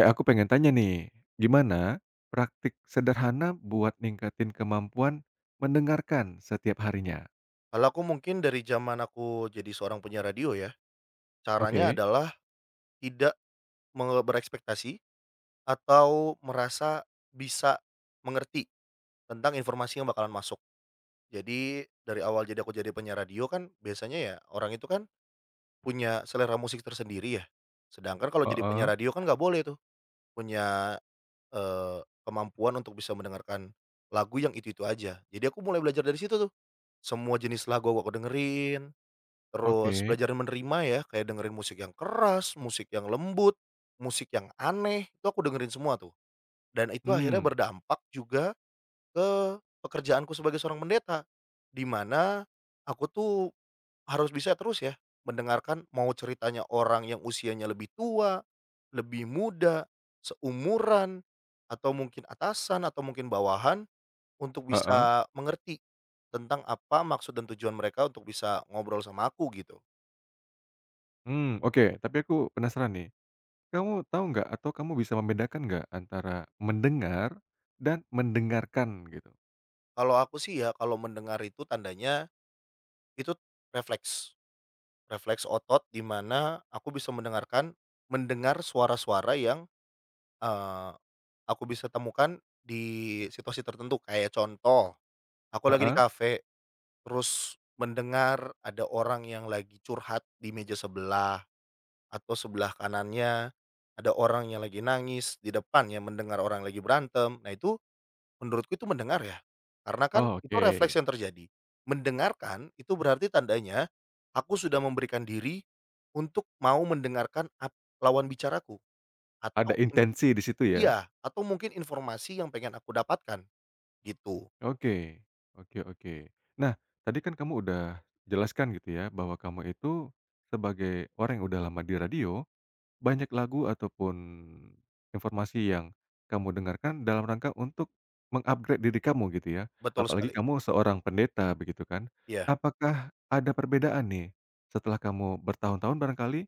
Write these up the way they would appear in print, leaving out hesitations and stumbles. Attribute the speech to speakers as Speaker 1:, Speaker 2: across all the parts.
Speaker 1: Eh, aku pengen tanya nih, gimana praktik sederhana buat ningkatin kemampuan mendengarkan setiap harinya?
Speaker 2: Kalau aku mungkin dari zaman aku jadi seorang penyiar radio ya, caranya
Speaker 1: Oke.
Speaker 2: adalah tidak berekspektasi atau merasa bisa mengerti tentang informasi yang bakalan masuk. Jadi dari awal jadi aku jadi penyiar radio kan biasanya ya orang itu kan punya selera musik tersendiri ya. Sedangkan kalau jadi penyiar
Speaker 1: Heeh.
Speaker 2: radio kan nggak boleh tuh punya, kemampuan untuk bisa mendengarkan lagu yang itu-itu aja. Jadi aku mulai belajar dari situ tuh, semua jenis lagu aku dengerin. Terus
Speaker 1: Oke.
Speaker 2: belajar menerima ya, kayak dengerin musik yang keras, musik yang lembut, musik yang aneh, itu aku dengerin semua tuh. Dan itu akhirnya
Speaker 1: Hmm.
Speaker 2: berdampak juga ke pekerjaanku sebagai seorang pendeta, di mana aku tuh harus bisa terus ya mendengarkan mau ceritanya orang yang usianya lebih tua, lebih muda, seumuran, atau mungkin atasan atau mungkin bawahan untuk
Speaker 1: Heeh.
Speaker 2: bisa mengerti tentang apa maksud dan tujuan mereka untuk bisa ngobrol sama aku gitu.
Speaker 1: Hmm, oke, tapi aku penasaran nih, kamu tahu nggak atau kamu bisa membedakan nggak antara mendengar dan mendengarkan gitu?
Speaker 2: Kalau aku sih ya, kalau mendengar itu tandanya, itu refleks, refleks otot di mana aku bisa mendengar suara-suara yang, eee, aku bisa temukan di situasi tertentu. Kayak contoh, aku lagi di
Speaker 1: Heeh.
Speaker 2: kafe, terus mendengar ada orang yang lagi curhat di meja sebelah atau sebelah kanannya, ada orang yang lagi nangis, di depannya mendengar orang lagi berantem. Nah itu menurutku itu mendengar ya, karena kan
Speaker 1: Oh,
Speaker 2: itu
Speaker 1: oke.
Speaker 2: refleks yang terjadi. Mendengarkan itu berarti tandanya aku sudah memberikan diri untuk mau mendengarkan lawan bicaraku atau
Speaker 1: Ada
Speaker 2: in
Speaker 1: intensi di situ ya?
Speaker 2: iya, atau mungkin informasi yang pengen aku dapatkan, gitu.
Speaker 1: Oke. Oke, oke. Nah, tadi kan kamu udah jelaskan gitu ya, bahwa kamu itu sebagai orang yang udah lama di radio, banyak lagu ataupun informasi yang kamu dengarkan dalam rangka untuk mengupgrade diri kamu gitu ya.
Speaker 2: Betul
Speaker 1: Apalagi
Speaker 2: sekali.
Speaker 1: kamu seorang pendeta begitu kan.
Speaker 2: Iya.
Speaker 1: Apakah ada perbedaan nih setelah kamu bertahun-tahun barangkali,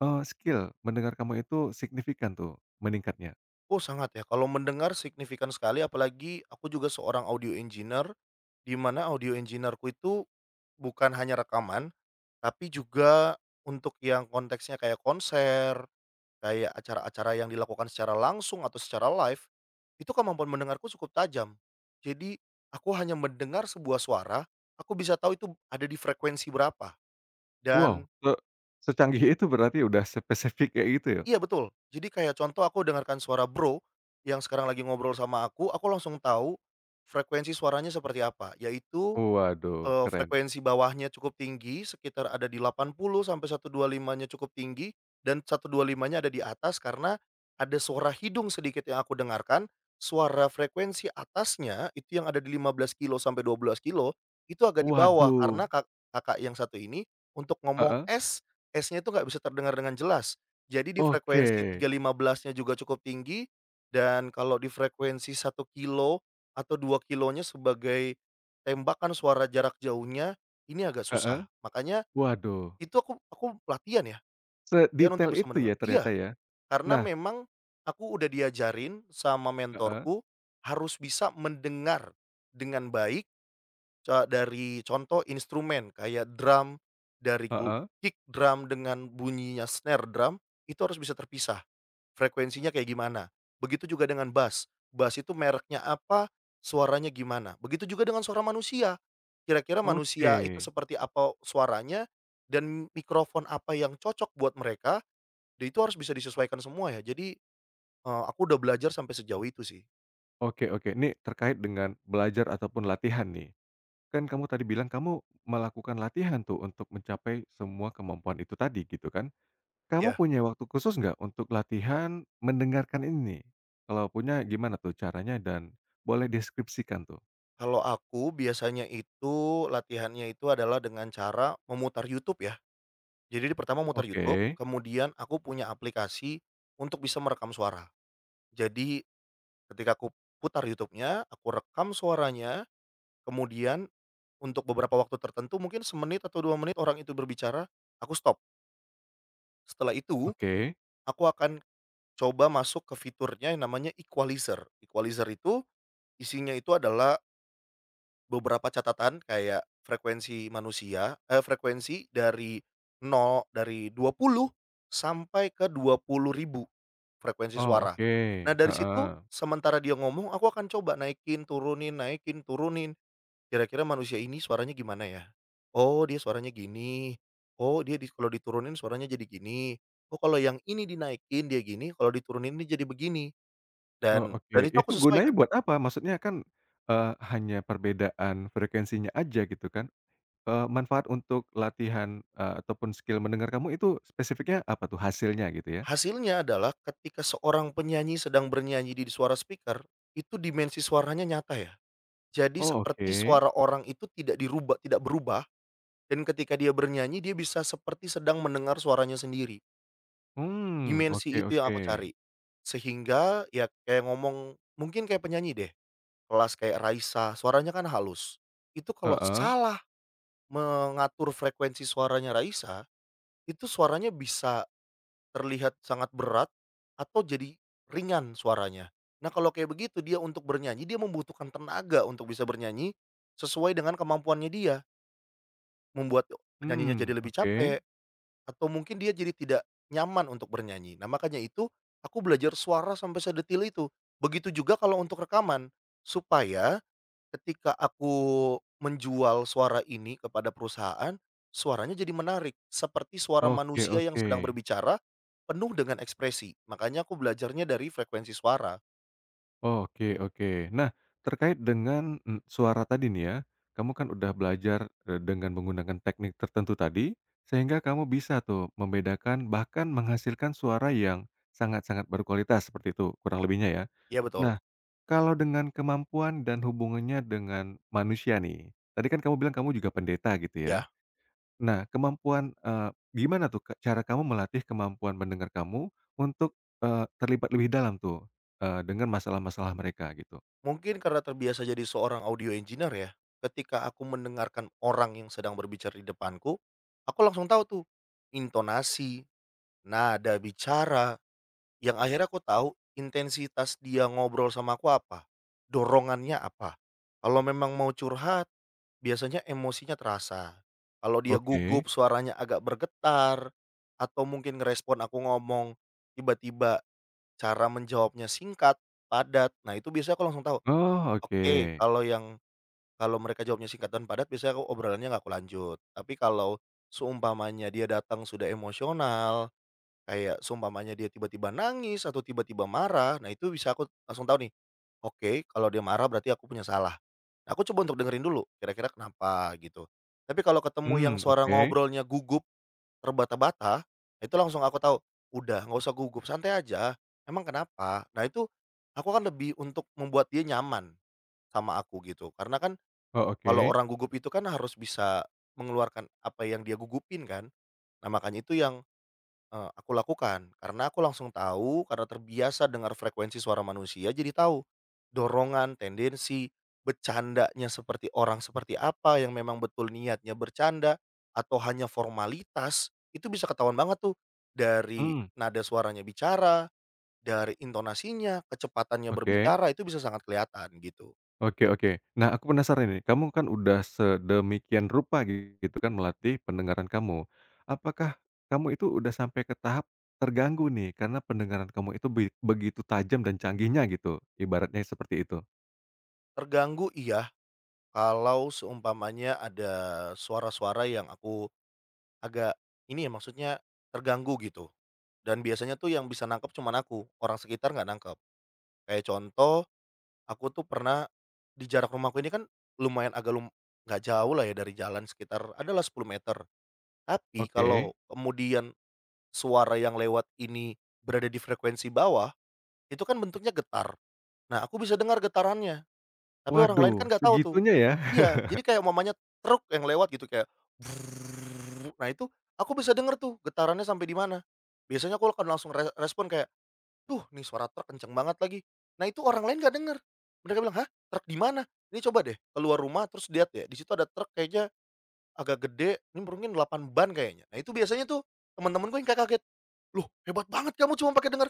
Speaker 1: skill mendengar kamu itu signifikan tuh meningkatnya?
Speaker 2: Oh sangat ya, kalau mendengar signifikan sekali apalagi aku juga seorang audio engineer, di mana audio engineer itu bukan hanya rekaman, tapi juga untuk yang konteksnya kayak konser, kayak acara-acara yang dilakukan secara langsung atau secara live, itu kemampuan mendengarku cukup tajam. Jadi, aku hanya mendengar sebuah suara, aku bisa tahu itu ada di frekuensi berapa.
Speaker 1: Wow,
Speaker 2: Dan
Speaker 1: secanggih itu berarti udah spesifik kayak gitu ya?
Speaker 2: iya betul, jadi kayak contoh aku dengarkan suara bro, yang sekarang lagi ngobrol sama aku langsung tahu frekuensi suaranya seperti apa, yaitu,
Speaker 1: Waduh, keren.
Speaker 2: Frekuensi bawahnya cukup tinggi, sekitar ada di 80 sampai 125-nya cukup tinggi, dan 125-nya ada di atas karena ada suara hidung sedikit yang aku dengarkan, suara frekuensi atasnya itu yang ada di 15 kilo sampai 12 kilo itu agak di bawah
Speaker 1: Waduh.
Speaker 2: karena kakak yang satu ini untuk ngomong
Speaker 1: Heeh.
Speaker 2: S, S-nya itu nggak bisa terdengar dengan jelas. Jadi di
Speaker 1: Oke.
Speaker 2: frekuensi 315-nya juga cukup tinggi, dan kalau di frekuensi 1 kilo atau 2 kilonya sebagai tembakan suara jarak jauhnya ini agak
Speaker 1: Heeh.
Speaker 2: susah. Makanya
Speaker 1: Waduh.
Speaker 2: itu aku latihan ya, latihan
Speaker 1: Sedetail
Speaker 2: untuk bisa
Speaker 1: itu ya
Speaker 2: mendengar. Iya,
Speaker 1: ternyata ya?
Speaker 2: karena
Speaker 1: Nah.
Speaker 2: memang aku udah diajarin sama
Speaker 1: Heeh.
Speaker 2: mentorku harus bisa mendengar dengan baik dari contoh instrumen kayak drum, dari
Speaker 1: Heeh.
Speaker 2: kick drum dengan bunyinya snare drum, itu harus bisa terpisah. Frekuensinya kayak gimana. Begitu juga dengan bass, bass itu mereknya apa, suaranya gimana. Begitu juga dengan suara manusia, kira-kira
Speaker 1: Oke.
Speaker 2: manusia itu seperti apa suaranya, dan mikrofon apa yang cocok buat mereka, dan itu harus bisa disesuaikan semua ya. Jadi, aku udah belajar sampai sejauh itu sih.
Speaker 1: Oke, oke, ini terkait dengan belajar ataupun latihan nih, kan kamu tadi bilang kamu melakukan latihan tuh untuk mencapai semua kemampuan itu tadi gitu kan, kamu
Speaker 2: Ya,
Speaker 1: punya waktu khusus nggak untuk latihan mendengarkan ini nih? Kalau punya gimana tuh caranya dan boleh deskripsikan tuh?
Speaker 2: kalau aku biasanya itu latihannya itu adalah dengan cara memutar YouTube ya. Jadi di pertama muter YouTube,
Speaker 1: Oke.
Speaker 2: kemudian aku punya aplikasi untuk bisa merekam suara. Jadi ketika aku putar YouTube-nya, aku rekam suaranya, kemudian untuk beberapa waktu tertentu mungkin semenit atau 2 menit orang itu berbicara, aku stop. Setelah itu,
Speaker 1: Oke.
Speaker 2: aku akan coba masuk ke fiturnya yang namanya equalizer. Equalizer itu isinya itu adalah beberapa catatan kayak frekuensi manusia, frekuensi dari 0 dari 20 sampai ke 20.000 frekuensi
Speaker 1: Oh,
Speaker 2: suara.
Speaker 1: oke.
Speaker 2: Nah dari situ,
Speaker 1: Heeh.
Speaker 2: sementara dia ngomong aku akan coba naikin, turunin, naikin, turunin. Kira-kira manusia ini suaranya gimana ya? Oh dia suaranya gini, oh dia di kalau diturunin suaranya jadi gini, oh kalau yang ini dinaikin dia gini, kalau diturunin dia jadi begini,
Speaker 1: Oh,
Speaker 2: dan
Speaker 1: oke.
Speaker 2: dan itu aku
Speaker 1: Itu gunanya
Speaker 2: sesuaikan.
Speaker 1: buat apa? Maksudnya kan, eee, hanya perbedaan frekuensinya aja gitu kan, manfaat untuk latihan, ataupun skill mendengar kamu itu spesifiknya apa tuh hasilnya gitu ya?
Speaker 2: Hasilnya adalah ketika seorang penyanyi sedang bernyanyi di suara speaker, itu dimensi suaranya nyata ya. Jadi
Speaker 1: Oh,
Speaker 2: seperti
Speaker 1: oke.
Speaker 2: suara orang itu tidak dirubah tidak berubah, dan ketika dia bernyanyi dia bisa seperti sedang mendengar suaranya sendiri.
Speaker 1: Mmm.
Speaker 2: Dimensi
Speaker 1: Oke,
Speaker 2: itu yang
Speaker 1: oke.
Speaker 2: aku cari. Sehingga ya kayak ngomong mungkin kayak penyanyi deh. Kelas kayak Raisa, suaranya kan halus. Itu kalau
Speaker 1: Heeh.
Speaker 2: salah mengatur frekuensi suaranya Raisa, itu suaranya bisa terlihat sangat berat atau jadi ringan suaranya. Nah, kalau kayak begitu dia untuk bernyanyi, dia membutuhkan tenaga untuk bisa bernyanyi sesuai dengan kemampuannya dia. Membuat penyanyinya jadi
Speaker 1: Mmm,
Speaker 2: lebih
Speaker 1: oke.
Speaker 2: capek atau mungkin dia jadi tidak nyaman untuk bernyanyi. Nah, makanya itu aku belajar suara sampai sedetil itu. Begitu juga kalau untuk rekaman, supaya ketika aku menjual suara ini kepada perusahaan, suaranya jadi menarik, seperti suara
Speaker 1: Oke,
Speaker 2: manusia yang
Speaker 1: oke.
Speaker 2: sedang berbicara, penuh dengan ekspresi. Makanya aku belajarnya dari frekuensi suara.
Speaker 1: Oke, oke. Nah, terkait dengan, suara tadi nih ya, kamu kan udah belajar, dengan menggunakan teknik tertentu tadi, sehingga kamu bisa tuh membedakan bahkan menghasilkan suara yang sangat-sangat berkualitas seperti itu kurang lebihnya ya.
Speaker 2: Iya betul,
Speaker 1: Nah, kalau dengan kemampuan dan hubungannya dengan manusia nih, tadi kan kamu bilang kamu juga pendeta gitu ya.
Speaker 2: ya.
Speaker 1: Nah, kemampuan gimana tuh, Kak, cara kamu melatih kemampuan mendengar kamu untuk, terlibat lebih dalam tuh, dengan masalah-masalah mereka gitu?
Speaker 2: Mungkin karena terbiasa jadi seorang audio engineer ya, ketika aku mendengarkan orang yang sedang berbicara di depanku, aku langsung tahu tuh, intonasi, nada bicara, yang akhirnya aku tahu intensitas dia ngobrol sama aku apa, dorongannya apa. Kalau memang mau curhat, biasanya emosinya terasa. Kalau dia
Speaker 1: Oke.
Speaker 2: gugup, suaranya agak bergetar, atau mungkin ngerespon aku ngomong, tiba-tiba cara menjawabnya singkat, padat. Nah, itu biasanya aku langsung tahu,
Speaker 1: Oh, oke.
Speaker 2: oke, kalau mereka jawabnya singkat dan padat, biasanya aku obrolannya nggak aku lanjut. Tapi kalau seumpamanya dia datang sudah emosional, kayak seumpamanya dia tiba-tiba nangis atau tiba-tiba marah, nah itu bisa aku langsung tahu nih, oke kalau dia marah berarti aku punya salah. Nah, aku coba untuk dengerin dulu kira-kira kenapa gitu. Tapi kalau ketemu yang
Speaker 1: Mmm,
Speaker 2: suara
Speaker 1: oke.
Speaker 2: ngobrolnya gugup, terbata-bata, nah itu langsung aku tahu, udah nggak usah gugup, santai aja, emang kenapa? Nah itu aku kan lebih untuk membuat dia nyaman sama aku gitu. Karena kan
Speaker 1: Oh,
Speaker 2: kalau
Speaker 1: oke.
Speaker 2: orang gugup itu kan harus bisa mengeluarkan apa yang dia gugupin kan. Nah makanya itu yang aku lakukan, karena aku langsung tahu, karena terbiasa dengar frekuensi suara manusia, jadi tahu dorongan, tendensi, bercandanya seperti orang seperti apa yang memang betul niatnya bercanda atau hanya formalitas, itu bisa ketahuan banget tuh dari
Speaker 1: Mmm,
Speaker 2: nada suaranya bicara, dari intonasinya, kecepatannya
Speaker 1: oke.
Speaker 2: berbicara, itu bisa sangat kelihatan gitu.
Speaker 1: Oke, oke. Nah, aku penasaran nih, kamu kan udah sedemikian rupa gitu kan melatih pendengaran kamu. Apakah kamu itu udah sampai ke tahap terganggu nih karena pendengaran kamu itu begitu tajam dan canggihnya gitu, ibaratnya seperti itu?
Speaker 2: Terganggu iya, kalau seumpamanya ada suara-suara yang aku agak ini ya, maksudnya terganggu gitu. Dan biasanya tuh yang bisa nangkep cuman aku, orang sekitar nggak nangkep. Kayak contoh, aku tuh pernah di jarak rumahku ini kan lumayan agak nggak jauh lah ya dari jalan sekitar adalah 10 meter. Tapi
Speaker 1: Oke.
Speaker 2: kalau kemudian suara yang lewat ini berada di frekuensi bawah, itu kan bentuknya getar. Nah, aku bisa dengar getarannya, tapi orang lain kan
Speaker 1: Waduh,
Speaker 2: nggak tahu tuh.
Speaker 1: segitunya ya?
Speaker 2: Iya, jadi kayak mamanya truk yang lewat gitu kayak brrrr. Nah, itu aku bisa denger tuh getarannya sampai di mana. Biasanya aku akan langsung respon kayak, "Duh, nih suara truk kenceng banget lagi." Nah, itu orang lain nggak denger. Mereka bilang, "Hah? Truk di mana? Ini coba deh keluar rumah terus lihat ya, di situ ada truk kayaknya agak gede, ini mungkin 8 ban kayaknya." Nah, itu biasanya tuh teman-teman gue yang kayak kaget, "Loh, hebat banget kamu cuma pakai denger."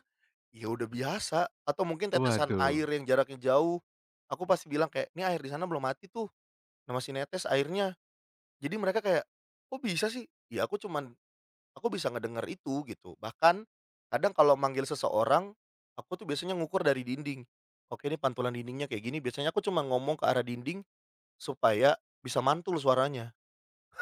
Speaker 2: "Ya udah biasa." Atau mungkin tetesan
Speaker 1: Waduh.
Speaker 2: air yang jaraknya jauh. Aku pasti bilang kayak, "Ini air di sana belum mati tuh, nah masih netes airnya." Jadi mereka kayak, "Oh bisa sih?" Ya aku cuman aku bisa ngedenger itu gitu, bahkan kadang kalau manggil seseorang, aku tuh biasanya ngukur dari dinding. Oke ini pantulan dindingnya kayak gini, biasanya aku cuma ngomong ke arah dinding supaya bisa mantul suaranya.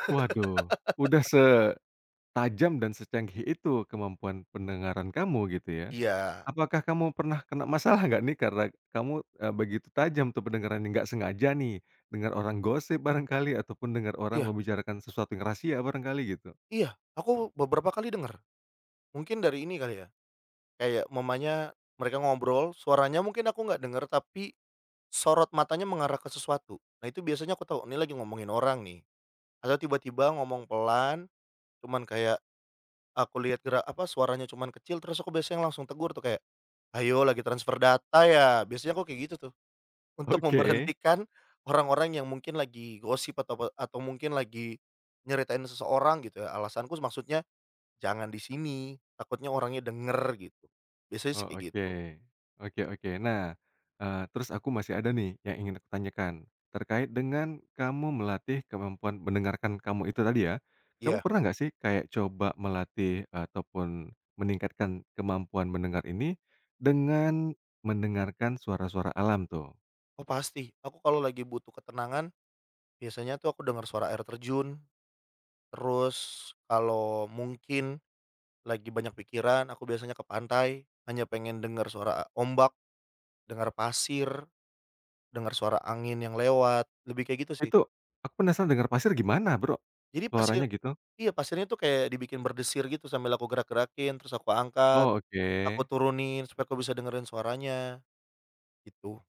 Speaker 1: Waduh, udah setajam dan secanggih itu kemampuan pendengaran kamu gitu ya.
Speaker 2: Iya,
Speaker 1: Apakah kamu pernah kena masalah nggak nih karena kamu, begitu tajam tuh pendengarannya, nggak sengaja nih dengar orang gosip barangkali ataupun dengar orang
Speaker 2: iya,
Speaker 1: membicarakan sesuatu yang rahasia barangkali gitu?
Speaker 2: iya, aku beberapa kali denger. Mungkin dari ini kali ya, kayak mamanya mereka ngobrol, suaranya mungkin aku nggak denger tapi sorot matanya mengarah ke sesuatu. Nah itu biasanya aku tahu, ini lagi ngomongin orang nih, atau tiba-tiba ngomong pelan, cuman kayak aku lihat gerak apa, suaranya cuman kecil, terus aku biasanya langsung tegur tuh kayak, "Ayo lagi transfer data ya?" Biasanya aku kayak gitu tuh, untuk
Speaker 1: Oke.
Speaker 2: memberhentikan orang-orang yang mungkin lagi gosip atau atau mungkin lagi nyeritain seseorang gitu ya, alasanku maksudnya, "Jangan di sini, takutnya orangnya denger," gitu. Biasanya sih
Speaker 1: Oh,
Speaker 2: kayak
Speaker 1: oke.
Speaker 2: gitu.
Speaker 1: Oke, oke. Nah, terus aku masih ada nih yang ingin aku tanyakan, terkait dengan kamu melatih kemampuan mendengarkan kamu itu tadi ya, kamu
Speaker 2: Iya.
Speaker 1: pernah nggak sih kayak coba melatih ataupun meningkatkan kemampuan mendengar ini dengan mendengarkan suara-suara alam tuh?
Speaker 2: Oh pasti, aku kalau lagi butuh ketenangan, biasanya tuh aku dengar suara air terjun, terus kalau mungkin lagi banyak pikiran, aku biasanya ke pantai, hanya pengen dengar suara ombak. Dengar pasir, dengar suara angin yang lewat, lebih kayak gitu sih.
Speaker 1: Itu aku penasaran dengar pasir gimana Bro,
Speaker 2: Jadi pasir
Speaker 1: suaranya gitu?
Speaker 2: iya, pasirnya tuh kayak dibikin berdesir gitu sambil aku gerak-gerakin, terus aku angkat,
Speaker 1: Oh,
Speaker 2: aku
Speaker 1: oke.
Speaker 2: turunin supaya aku bisa dengerin suaranya, gitu.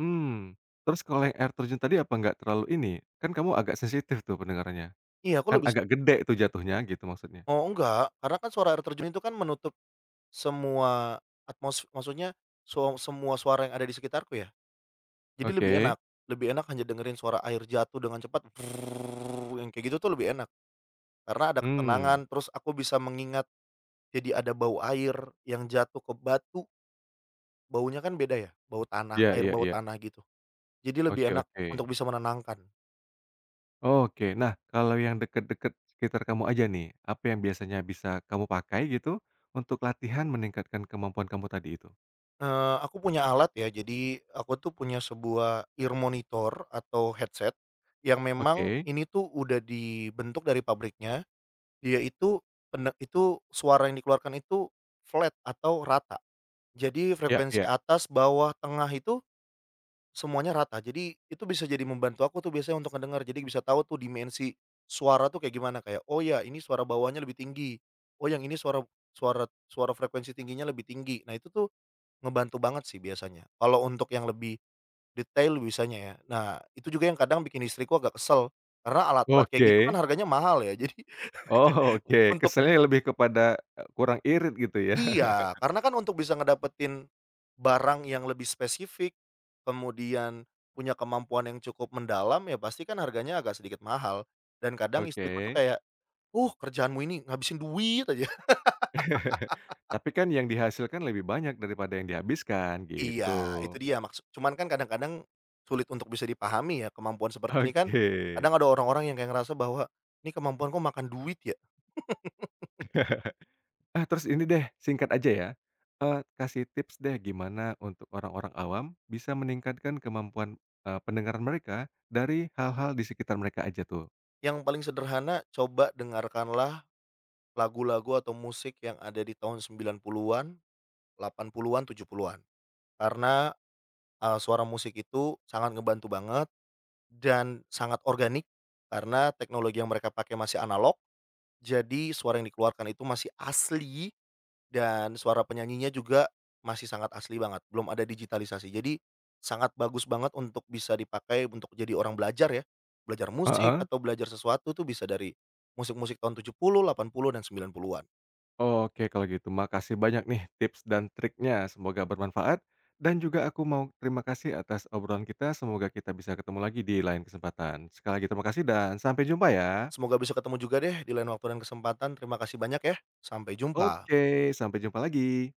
Speaker 1: Hmm. Terus kalau yang air terjun tadi apa nggak terlalu ini, kan kamu agak sensitif tuh pendengarannya.
Speaker 2: Iya, aku
Speaker 1: Kan
Speaker 2: lebih,
Speaker 1: agak gede tuh jatuhnya gitu maksudnya.
Speaker 2: oh enggak, karena kan suara air terjun itu kan menutup semua atmos maksudnya so semua suara yang ada di sekitarku ya. Jadi
Speaker 1: Oke.
Speaker 2: lebih enak hanya dengerin suara air jatuh dengan cepat yang kayak gitu tuh lebih enak, karena ada ketenangan,
Speaker 1: Mmm.
Speaker 2: terus aku bisa mengingat. Jadi ada bau air yang jatuh ke batu, baunya kan beda ya, bau tanah,
Speaker 1: Iya,
Speaker 2: air
Speaker 1: iya,
Speaker 2: bau
Speaker 1: iya.
Speaker 2: tanah gitu. Jadi lebih
Speaker 1: Oke,
Speaker 2: enak
Speaker 1: oke.
Speaker 2: untuk bisa menenangkan.
Speaker 1: Oke, nah kalau yang deket-deket sekitar kamu aja nih, apa yang biasanya bisa kamu pakai gitu untuk latihan meningkatkan kemampuan kamu tadi itu?
Speaker 2: Aku punya alat ya, jadi aku tuh punya sebuah ear monitor atau headset yang memang
Speaker 1: Oke.
Speaker 2: ini tuh udah dibentuk dari pabriknya, dia itu itu suara yang dikeluarkan itu flat atau rata. Jadi
Speaker 1: Iya,
Speaker 2: frekuensi
Speaker 1: iya.
Speaker 2: atas, bawah, tengah itu semuanya rata, jadi itu bisa jadi membantu aku tuh biasanya untuk ngedengar, jadi bisa tahu tuh dimensi suara tuh kayak gimana, kayak, "Oh ya ini suara bawahnya lebih tinggi, oh yang ini suara suara suara frekuensi tingginya lebih tinggi." Nah itu tuh ngebantu banget sih biasanya, kalau untuk yang lebih detail biasanya ya. Nah itu juga yang kadang bikin istriku agak kesel, karena alat-alat
Speaker 1: Oke.
Speaker 2: kayak gitu kan harganya mahal ya, jadi
Speaker 1: Oh, oke,
Speaker 2: untuk
Speaker 1: keselnya lebih kepada, kurang irit gitu ya?
Speaker 2: iya, karena kan untuk bisa ngedapetin barang yang lebih spesifik, kemudian punya kemampuan yang cukup mendalam, ya pasti kan harganya agak sedikit mahal. Dan kadang istriku tuh
Speaker 1: Oke.
Speaker 2: kayak, kerjaanmu ini ngabisin duit aja."
Speaker 1: Tapi kan yang dihasilkan lebih banyak daripada yang dihabiskan
Speaker 2: Iya, itu
Speaker 1: gitu.
Speaker 2: dia maksud cuman kan kadang-kadang sulit untuk bisa dipahami ya, kemampuan seperti ini kan
Speaker 1: Oke.
Speaker 2: kadang ada orang-orang yang kayak ngerasa bahwa, "Ini kemampuanku makan duit ya?"
Speaker 1: Eh, terus ini deh, singkat aja ya, kasih tips deh gimana untuk orang-orang awam bisa meningkatkan kemampuan, pendengaran mereka dari hal-hal di sekitar mereka aja tuh?
Speaker 2: Yang paling sederhana, coba dengarkanlah lagu-lagu atau musik yang ada di tahun 90-an, 80-an, 70-an. Karena, suara musik itu sangat ngebantu banget dan sangat organik karena teknologi yang mereka pakai masih analog, jadi suara yang dikeluarkan itu masih asli dan suara penyanyinya juga masih sangat asli banget, belum ada digitalisasi. Jadi sangat bagus banget untuk bisa dipakai untuk jadi orang belajar ya, belajar musik
Speaker 1: Heeh?
Speaker 2: atau belajar sesuatu tuh bisa dari musik-musik tahun 70, 80, dan 90-an.
Speaker 1: Oke kalau gitu makasih banyak nih tips dan triknya, semoga bermanfaat dan juga aku mau terima kasih atas obrolan kita, semoga kita bisa ketemu lagi di lain kesempatan. Sekali lagi terima kasih dan sampai jumpa ya.
Speaker 2: Semoga bisa ketemu juga deh di lain waktu dan kesempatan. Terima kasih banyak ya, sampai jumpa.
Speaker 1: Oke, sampai jumpa lagi.